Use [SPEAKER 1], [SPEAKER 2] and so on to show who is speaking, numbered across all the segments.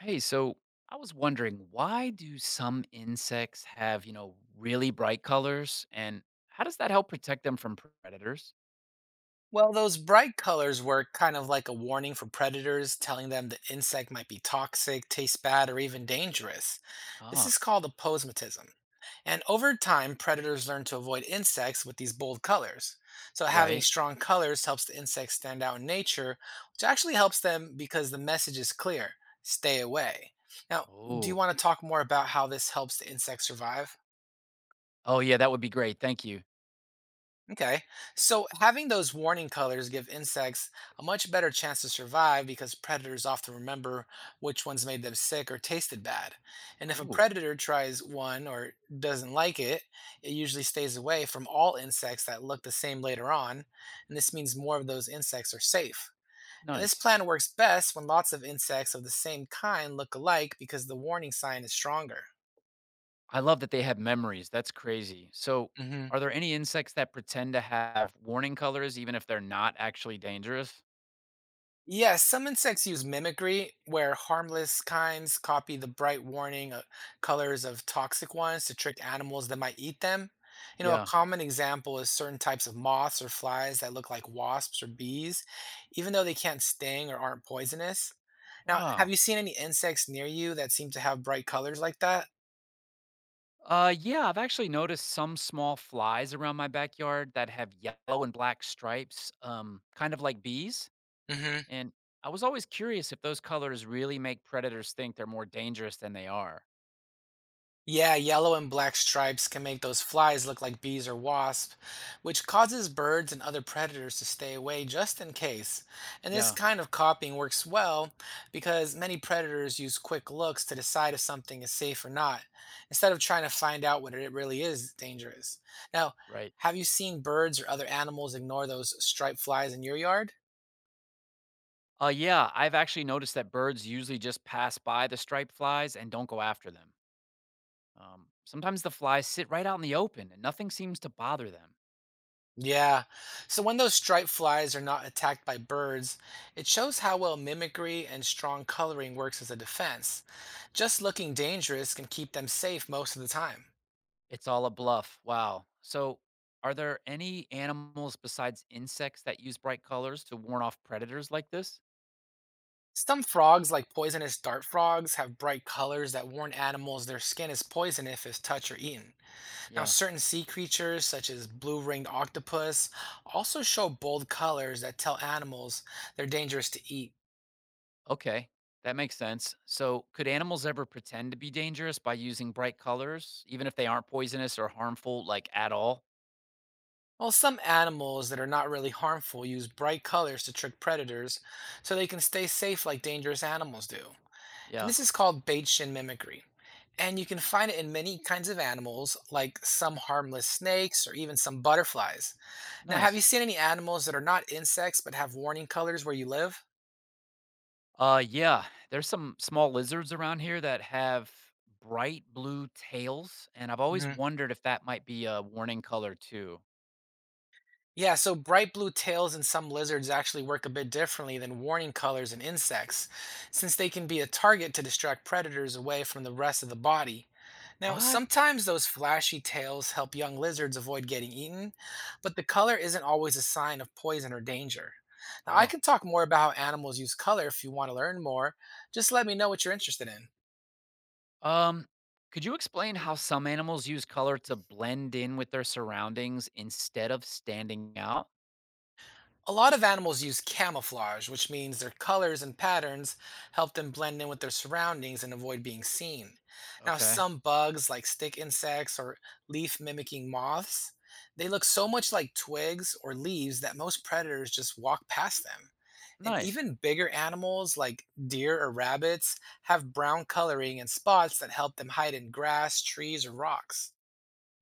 [SPEAKER 1] Hey, so I was wondering, why do some insects have, really bright colors, and how does that help protect them from predators?
[SPEAKER 2] Well, those bright colors were kind of like a warning for predators, telling them the insect might be toxic, taste bad, or even dangerous. This
[SPEAKER 1] Ah,
[SPEAKER 2] is called aposematism. And over time, predators learn to avoid insects with these bold colors. So, having
[SPEAKER 1] right.
[SPEAKER 2] strong colors helps the insects stand out in nature, which actually helps them because the message is clear: stay away. Now, do you
[SPEAKER 1] Oh.
[SPEAKER 2] want to talk more about how this helps the insects survive?
[SPEAKER 1] Oh yeah, that would be great. Thank you.
[SPEAKER 2] Okay. So having those warning colors give insects a much better chance to survive because predators often remember which ones made them sick or tasted bad. And if a
[SPEAKER 1] Oh,
[SPEAKER 2] predator tries one or doesn't like it usually stays away from all insects that look the same later on, and this means more of those insects are safe. And this
[SPEAKER 1] nice.
[SPEAKER 2] plan works best when lots of insects of the same kind look alike because the warning sign is stronger.
[SPEAKER 1] I love that they have memories. That's crazy. So, are there any insects that pretend to have warning colors even if they're not actually dangerous?
[SPEAKER 2] Yes, some insects use mimicry, where harmless kinds copy the bright warning colors of toxic ones to trick animals that might eat them. You know, a
[SPEAKER 1] Yeah.
[SPEAKER 2] common example is certain types of moths or flies that look like wasps or bees, even though they can't sting or aren't poisonous. Now, have
[SPEAKER 1] Wow.
[SPEAKER 2] you seen any insects near you that seem to have bright colors like that?
[SPEAKER 1] Yeah, I've actually noticed some small flies around my backyard that have yellow and black stripes, kind of like bees.
[SPEAKER 2] Hmm.
[SPEAKER 1] And I was always curious if those colors really make predators think they're more dangerous than they are.
[SPEAKER 2] Yeah, yellow and black stripes can make those flies look like bees or wasps, which causes birds and other predators to stay away just in case. And this
[SPEAKER 1] Yeah,
[SPEAKER 2] kind of copying works well because many predators use quick looks to decide if something is safe or not, instead of trying to find out whether it really is dangerous. Now,
[SPEAKER 1] right.
[SPEAKER 2] have you seen birds or other animals ignore those striped flies in your yard?
[SPEAKER 1] Yeah, I've actually noticed that birds usually just pass by the striped flies and don't go after them. Sometimes the flies sit right out in the open and nothing seems to bother them.
[SPEAKER 2] Yeah. So when those striped flies are not attacked by birds, it shows how well mimicry and strong coloring works as a defense. Just looking dangerous can keep them safe most of the time.
[SPEAKER 1] It's all a bluff. Wow. So, are there any animals besides insects that use bright colors to warn off predators like this?
[SPEAKER 2] Some frogs, like poisonous dart frogs, have bright colors that warn animals their skin is poison if it's touched or eaten. Now,
[SPEAKER 1] Yeah.
[SPEAKER 2] certain sea creatures, such as blue ringed octopus, also show bold colors that tell animals they're dangerous to eat.
[SPEAKER 1] Okay. That makes sense. So, could animals ever pretend to be dangerous by using bright colors, even if they aren't poisonous or harmful, like at all?
[SPEAKER 2] While some animals that are not really harmful use bright colors to trick predators so they can stay safe like dangerous animals do. And
[SPEAKER 1] Yeah.
[SPEAKER 2] this is called Baitian mimicry. And you can find it in many kinds of animals, like some harmless snakes or even some butterflies. Now, have you
[SPEAKER 1] Nice.
[SPEAKER 2] seen any animals that are not insects but have warning colors where you live?
[SPEAKER 1] Yeah. There's some small lizards around here that have bright blue tails, and I've always wondered if that might be a warning color too.
[SPEAKER 2] Yeah, so bright blue tails in some lizards actually work a bit differently than warning colors in insects, since they can be a target to distract predators away from the rest of the body. Now,
[SPEAKER 1] What?
[SPEAKER 2] sometimes those flashy tails help young lizards avoid getting eaten, but the color isn't always a sign of poison or danger. Now, I
[SPEAKER 1] Oh.
[SPEAKER 2] can talk more about how animals use color if you want to learn more. Just let me know what you're interested in.
[SPEAKER 1] Um, could you explain how some animals use color to blend in with their surroundings instead of standing out?
[SPEAKER 2] A lot of animals use camouflage, which means their colors and patterns help them blend in with their surroundings and avoid being seen. Now,
[SPEAKER 1] Okay.
[SPEAKER 2] some bugs, like stick insects or leaf mimicking moths, they look so much like twigs or leaves that most predators just walk past them. And
[SPEAKER 1] Nice.
[SPEAKER 2] even bigger animals, like deer or rabbits, have brown coloring and spots that help them hide in grass, trees, or rocks.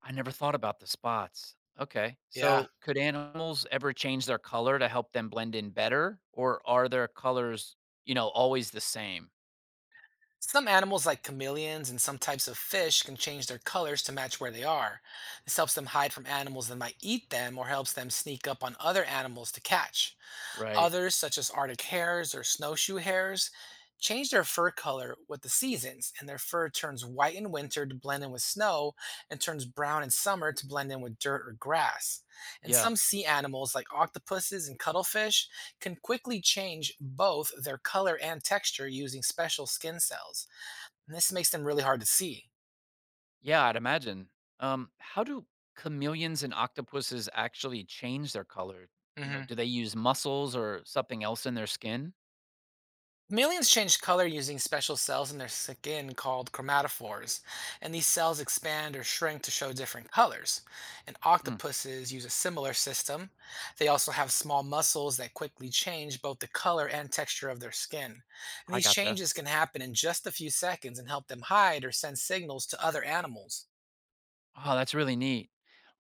[SPEAKER 1] I never thought about the spots. Okay.
[SPEAKER 2] Yeah,
[SPEAKER 1] So, could animals ever change their color to help them blend in better, or are their colors, always the same?
[SPEAKER 2] some animals, like chameleons and some types of fish, can change their colors to match where they are. This helps them hide from animals that might eat them or helps them sneak up on other animals to catch.
[SPEAKER 1] Right.
[SPEAKER 2] Others, such as Arctic hares or snowshoe hares, change their fur color with the seasons, and their fur turns white in winter to blend in with snow and turns brown in summer to blend in with dirt or grass. And
[SPEAKER 1] Yeah.
[SPEAKER 2] some sea animals, like octopuses and cuttlefish, can quickly change both their color and texture using special skin cells and this makes them really hard to see.
[SPEAKER 1] Yeah, I'd imagine. How do chameleons and octopuses actually change their color? You know,
[SPEAKER 2] Hmm.
[SPEAKER 1] do they use muscles or something else in their skin?
[SPEAKER 2] Chameleons change color using special cells in their skin called chromatophores, and these cells expand or shrink to show different colors. And
[SPEAKER 1] Hmm,
[SPEAKER 2] octopuses use a similar system. They also have small muscles that quickly change both the color and texture of their skin. And
[SPEAKER 1] I
[SPEAKER 2] these
[SPEAKER 1] gotcha.
[SPEAKER 2] changes can happen in just a few seconds and help them hide or send signals to other animals.
[SPEAKER 1] Oh, that's really neat.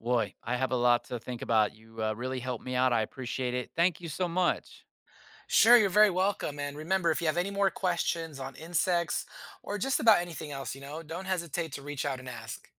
[SPEAKER 1] Boy, I have a lot to think about. You really helped me out. I appreciate it. Thank you so much.
[SPEAKER 2] Sure, you're very welcome. And remember, if you have any more questions on insects or just about anything else, you know, don't hesitate to reach out and ask.